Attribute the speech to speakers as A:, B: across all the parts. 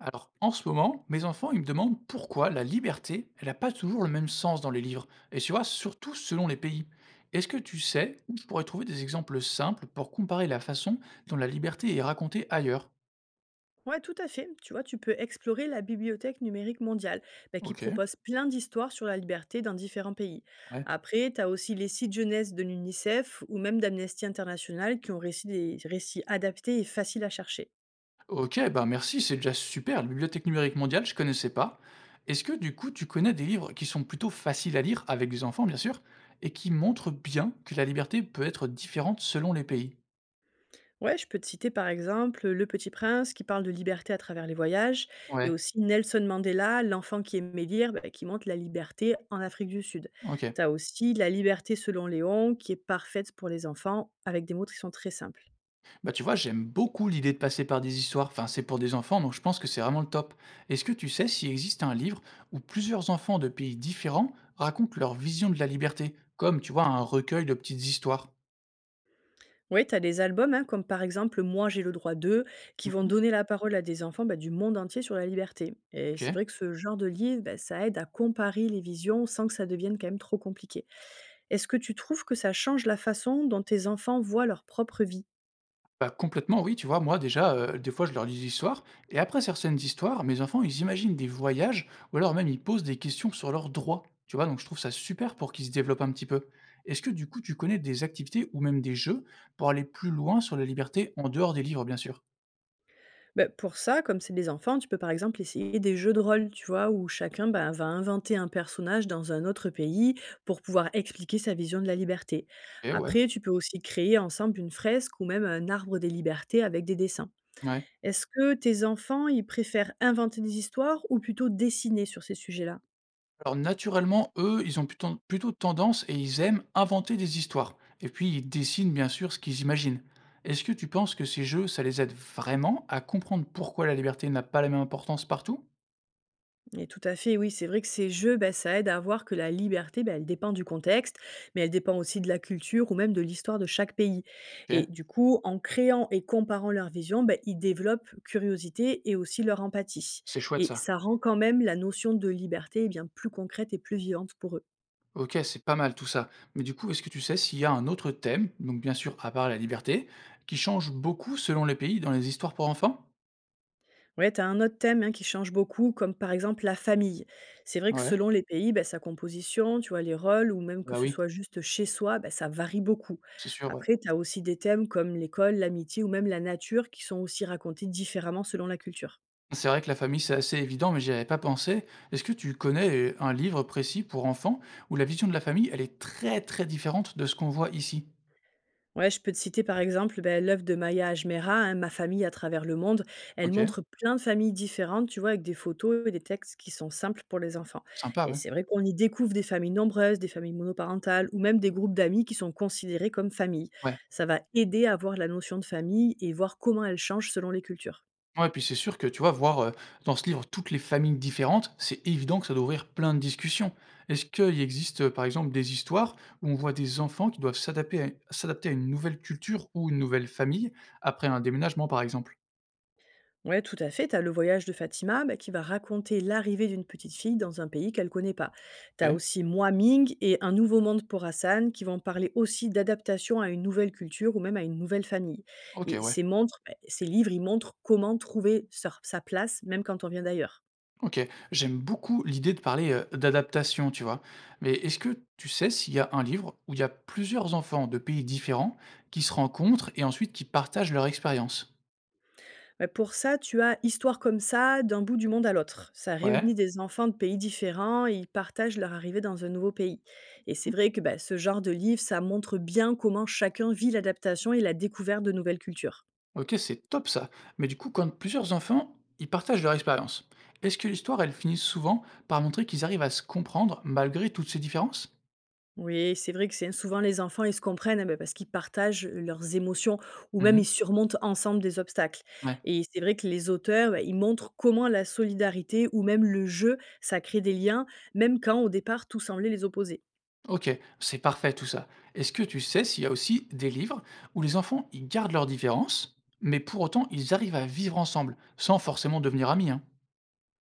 A: Alors, en ce moment, mes enfants, ils me demandent pourquoi la liberté, elle n'a pas toujours le même sens dans les livres. Et tu vois, surtout selon les pays. Est-ce que tu sais où je pourrais trouver des exemples simples pour comparer la façon dont la liberté est racontée ailleurs?
B: Ouais, tout à fait. Tu vois, tu peux explorer la Bibliothèque numérique mondiale, bah, qui
A: Ok,
B: propose plein d'histoires sur la liberté dans différents pays.
A: ouais.
B: Après, tu as aussi les sites jeunesse de l'UNICEF ou même d'Amnesty International qui ont réussi des récits adaptés et faciles à chercher.
A: Ok, bah merci, c'est déjà super. La Bibliothèque numérique mondiale, je connaissais pas. Est-ce que du coup, tu connais des livres qui sont plutôt faciles à lire avec des enfants, bien sûr, et qui montrent bien que la liberté peut être différente selon les pays?
B: Ouais, je peux te citer par exemple Le Petit Prince qui parle de liberté à travers les voyages et
A: Ouais,
B: aussi Nelson Mandela, L'enfant qui aimait lire, bah, qui montre la liberté en Afrique du Sud.
A: ok.
B: Tu as aussi La liberté selon Léon qui est parfaite pour les enfants avec des mots qui sont très simples.
A: Bah, tu vois, j'aime beaucoup l'idée de passer par des histoires. Enfin, c'est pour des enfants, donc je pense que c'est vraiment le top. Est-ce que tu sais s'il existe un livre où plusieurs enfants de pays différents racontent leur vision de la liberté, comme, tu vois, un recueil de petites histoires?
B: Oui, tu as des albums, hein, comme par exemple «Moi, j'ai le droit de», qui vont
A: Mhm.
B: donner la parole à des enfants, bah, du monde entier sur la liberté. Et
A: Ok.
B: c'est vrai que ce genre de livre, bah, ça aide à comparer les visions sans que ça devienne quand même trop compliqué. Est-ce que tu trouves que ça change la façon dont tes enfants voient leur propre vie?
A: Bah, complètement, oui, tu vois, moi déjà, des fois je leur lis des histoires, et après certaines histoires, mes enfants, ils imaginent des voyages, ou alors même ils posent des questions sur leurs droits, tu vois, donc je trouve ça super pour qu'ils se développent un petit peu. Est-ce que du coup tu connais des activités ou même des jeux pour aller plus loin sur la liberté en dehors des livres, bien sûr?
B: Bah, pour ça, comme c'est des enfants, tu peux par exemple essayer des jeux de rôle, tu vois, où chacun bah, va inventer un personnage dans un autre pays pour pouvoir expliquer sa vision de la liberté.
A: OK, ouais,
B: Après, tu peux aussi créer ensemble une fresque ou même un arbre des libertés avec des dessins.
A: ouais.
B: Est-ce que tes enfants, ils préfèrent inventer des histoires ou plutôt dessiner sur ces sujets-là?
A: Alors naturellement, eux, ils ont plutôt tendance et ils aiment inventer des histoires et puis ils dessinent bien sûr ce qu'ils imaginent. Est-ce que tu penses que ces jeux, ça les aide vraiment à comprendre pourquoi la liberté n'a pas la même importance partout?
B: Et tout à fait, oui, c'est vrai que ces jeux, bah, ça aide à voir que la liberté, bah, elle dépend du contexte, mais elle dépend aussi de la culture ou même de l'histoire de chaque pays. Et
A: OK,
B: du coup, en créant et comparant leurs visions, bah, ils développent curiosité et aussi leur empathie.
A: c'est chouette
B: Et
A: ça.
B: ça rend quand même la notion de liberté eh bien plus concrète et plus vivante pour eux.
A: OK, c'est pas mal tout ça. Mais du coup, est-ce que tu sais s'il y a un autre thème, donc bien sûr à part la liberté, qui change beaucoup selon les pays dans les histoires pour enfants?
B: Ouais, tu as un autre thème, hein, qui change beaucoup, comme par exemple la famille. C'est vrai que
A: Ouais,
B: selon les pays, bah, sa composition, tu vois, les rôles, ou même que
A: bah
B: ce
A: oui,
B: soit juste chez soi, bah, ça varie beaucoup.
A: c'est sûr, ouais.
B: Après, tu as aussi des thèmes comme l'école, l'amitié ou même la nature qui sont aussi racontés différemment selon la culture.
A: C'est vrai que la famille, c'est assez évident, mais j'y avais pas pensé. Est-ce que tu connais un livre précis pour enfants où la vision de la famille, elle est très, très différente de ce qu'on voit ici?
B: Ouais, je peux te citer par exemple ben, l'œuvre de Maya Ajmera, hein, Ma famille à travers le monde. Elle
A: OK,
B: montre plein de familles différentes, tu vois, avec des photos et des textes qui sont simples pour les enfants.
A: sympa,
B: Et
A: ouais.
B: c'est vrai qu'on y découvre des familles nombreuses, des familles monoparentales ou même des groupes d'amis qui sont considérés comme famille.
A: Ouais.
B: Ça va aider à voir la notion de famille et voir comment elle change selon les cultures.
A: Ouais, puis c'est sûr que, tu vois, voir, dans ce livre toutes les familles différentes, c'est évident que ça doit ouvrir plein de discussions. Est-ce qu'il existe, par exemple, des histoires où on voit des enfants qui doivent s'adapter à une nouvelle culture ou une nouvelle famille après un déménagement, par exemple?
B: Ouais, tout à fait. T'as le voyage de Fatima bah, qui va raconter l'arrivée d'une petite fille dans un pays qu'elle connaît pas. T'as
A: OK.
B: aussi Moi Ming et Un nouveau monde pour Hassan qui vont parler aussi d'adaptation à une nouvelle culture ou même à une nouvelle famille. Et
A: OK, ouais.
B: bah, ces livres, ils montrent comment trouver sa place même quand on vient d'ailleurs.
A: OK. J'aime beaucoup l'idée de parler, d'adaptation, tu vois? Mais est-ce que tu sais s'il y a un livre où il y a plusieurs enfants de pays différents qui se rencontrent et ensuite qui partagent leur expérience?
B: Bah, pour ça, tu as Histoire comme ça, d'un bout du monde à l'autre. Ça
A: Ouais.
B: réunit des enfants de pays différents et ils partagent leur arrivée dans un nouveau pays. Et c'est
A: Mmh.
B: vrai que bah, ce genre de livre, ça montre bien comment chacun vit l'adaptation et la découverte de nouvelles cultures.
A: OK, c'est top ça. Mais du coup, quand plusieurs enfants, ils partagent leur expérience, est-ce que l'histoire, elle finit souvent par montrer qu'ils arrivent à se comprendre malgré toutes ces différences?
B: Oui, c'est vrai que c'est souvent les enfants, ils se comprennent hein, bah, parce qu'ils partagent leurs émotions ou même ils
A: Mmh.
B: surmontent ensemble des obstacles.
A: Ouais.
B: Et c'est vrai que les auteurs, bah, ils montrent comment la solidarité ou même le jeu, ça crée des liens, même quand au départ tout semblait les opposer.
A: Ok, c'est parfait tout ça. Est-ce que tu sais s'il y a aussi des livres où les enfants ils gardent leurs différences, mais pour autant ils arrivent à vivre ensemble, sans forcément devenir amis, hein?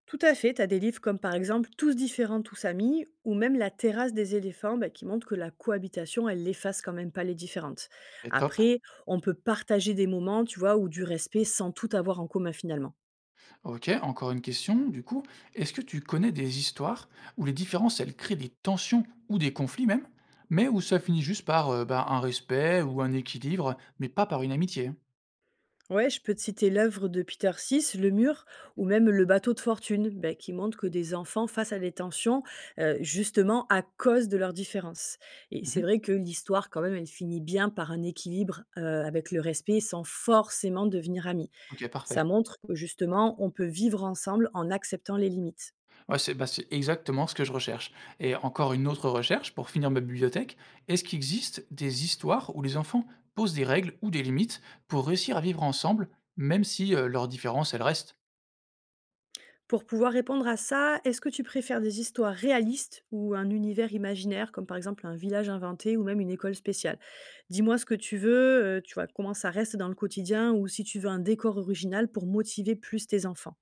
B: Tout à fait, tu as des livres comme par exemple Tous différents, tous amis, ou même La terrasse des éléphants, bah, qui montrent que la cohabitation, elle efface quand même pas les différentes.
A: Et top.
B: Après, on peut partager des moments, tu vois, ou du respect sans tout avoir en commun finalement.
A: Ok, encore une question, du coup, est-ce que tu connais des histoires où les différences elles créent des tensions ou des conflits même, mais où ça finit juste par bah, un respect ou un équilibre, mais pas par une amitié, hein?
B: Ouais, je peux te citer l'œuvre de Peter Sis, Le Mur, ou même Le Bateau de Fortune, ben, qui montre que des enfants face à des tensions, justement à cause de leurs différences. Et c'est
A: Mhm.
B: vrai que l'histoire, quand même, elle finit bien par un équilibre avec le respect sans forcément devenir amis.
A: Ok,
B: Ça
A: parfait.
B: montre que, justement, on peut vivre ensemble en acceptant les limites.
A: Ouais, c'est bah, c'est exactement ce que je recherche. Et encore une autre recherche pour finir ma bibliothèque, est-ce qu'il existe des histoires où les enfants posent des règles ou des limites pour réussir à vivre ensemble, même si leurs différences, elles restent?
B: Pour pouvoir répondre à ça, est-ce que tu préfères des histoires réalistes ou un univers imaginaire, comme par exemple un village inventé ou même une école spéciale? Dis-moi ce que tu veux, tu vois? Comment ça reste dans le quotidien ou si tu veux un décor original pour motiver plus tes enfants?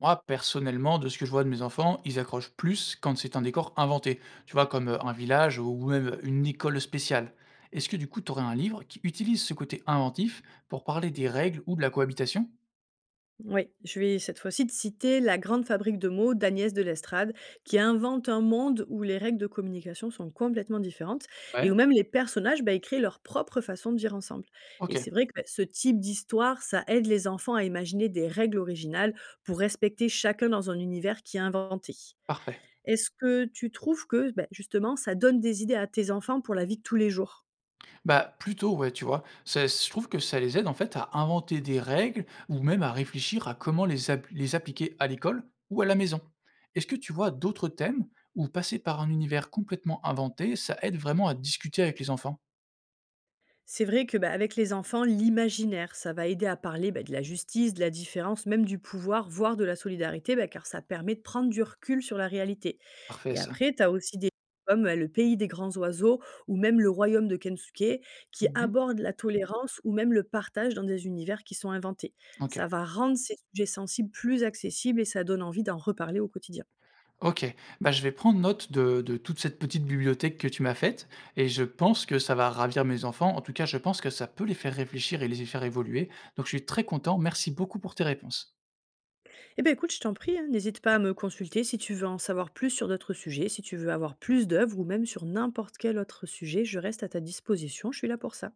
A: Moi, personnellement, de ce que je vois de mes enfants, ils accrochent plus quand c'est un décor inventé, tu vois, comme un village ou même une école spéciale. Est-ce que du coup, tu aurais un livre qui utilise ce côté inventif pour parler des règles ou de la cohabitation?
B: Oui, je vais cette fois-ci te citer La Grande Fabrique de mots d'Agnès de Lestrade, qui invente un monde où les règles de communication sont complètement différentes et où
A: Ouais,
B: même les personnages, bah, ils créent leur propre façon de vivre ensemble. Et
A: ok,
B: c'est vrai que bah, ce type d'histoire, ça aide les enfants à imaginer des règles originales pour respecter chacun dans un univers qui est inventé.
A: parfait.
B: Est-ce que tu trouves que bah, justement, ça donne des idées à tes enfants pour la vie de tous les jours?
A: Bah, plutôt, ouais, tu vois? C'est je trouve que ça les aide, en fait, à inventer des règles ou même à réfléchir à comment les appliquer à l'école ou à la maison. Est-ce que tu vois d'autres thèmes où passer par un univers complètement inventé, ça aide vraiment à discuter avec les enfants?
B: C'est vrai que, bah, avec les enfants, l'imaginaire, ça va aider à parler bah, de la justice, de la différence, même du pouvoir, voire de la solidarité, bah, car ça permet de prendre du recul sur la réalité.
A: Parfait
B: Et
A: ça.
B: après, tu as aussi des comme le pays des grands oiseaux ou même le royaume de Kensuke qui
A: Mmh.
B: abordent la tolérance ou même le partage dans des univers qui sont inventés.
A: OK.
B: Ça va rendre ces sujets sensibles plus accessibles et ça donne envie d'en reparler au quotidien.
A: OK. Bah, je vais prendre note de toute cette petite bibliothèque que tu m'as faite et je pense que ça va ravir mes enfants. En tout cas, je pense que ça peut les faire réfléchir et les faire évoluer. Donc je suis très content. Merci beaucoup pour tes réponses.
B: Eh ben écoute, je t'en prie, hein, n'hésite pas à me consulter si tu veux en savoir plus sur d'autres sujets, si tu veux avoir plus d'œuvres ou même sur n'importe quel autre sujet, je reste à ta disposition, je suis là pour ça.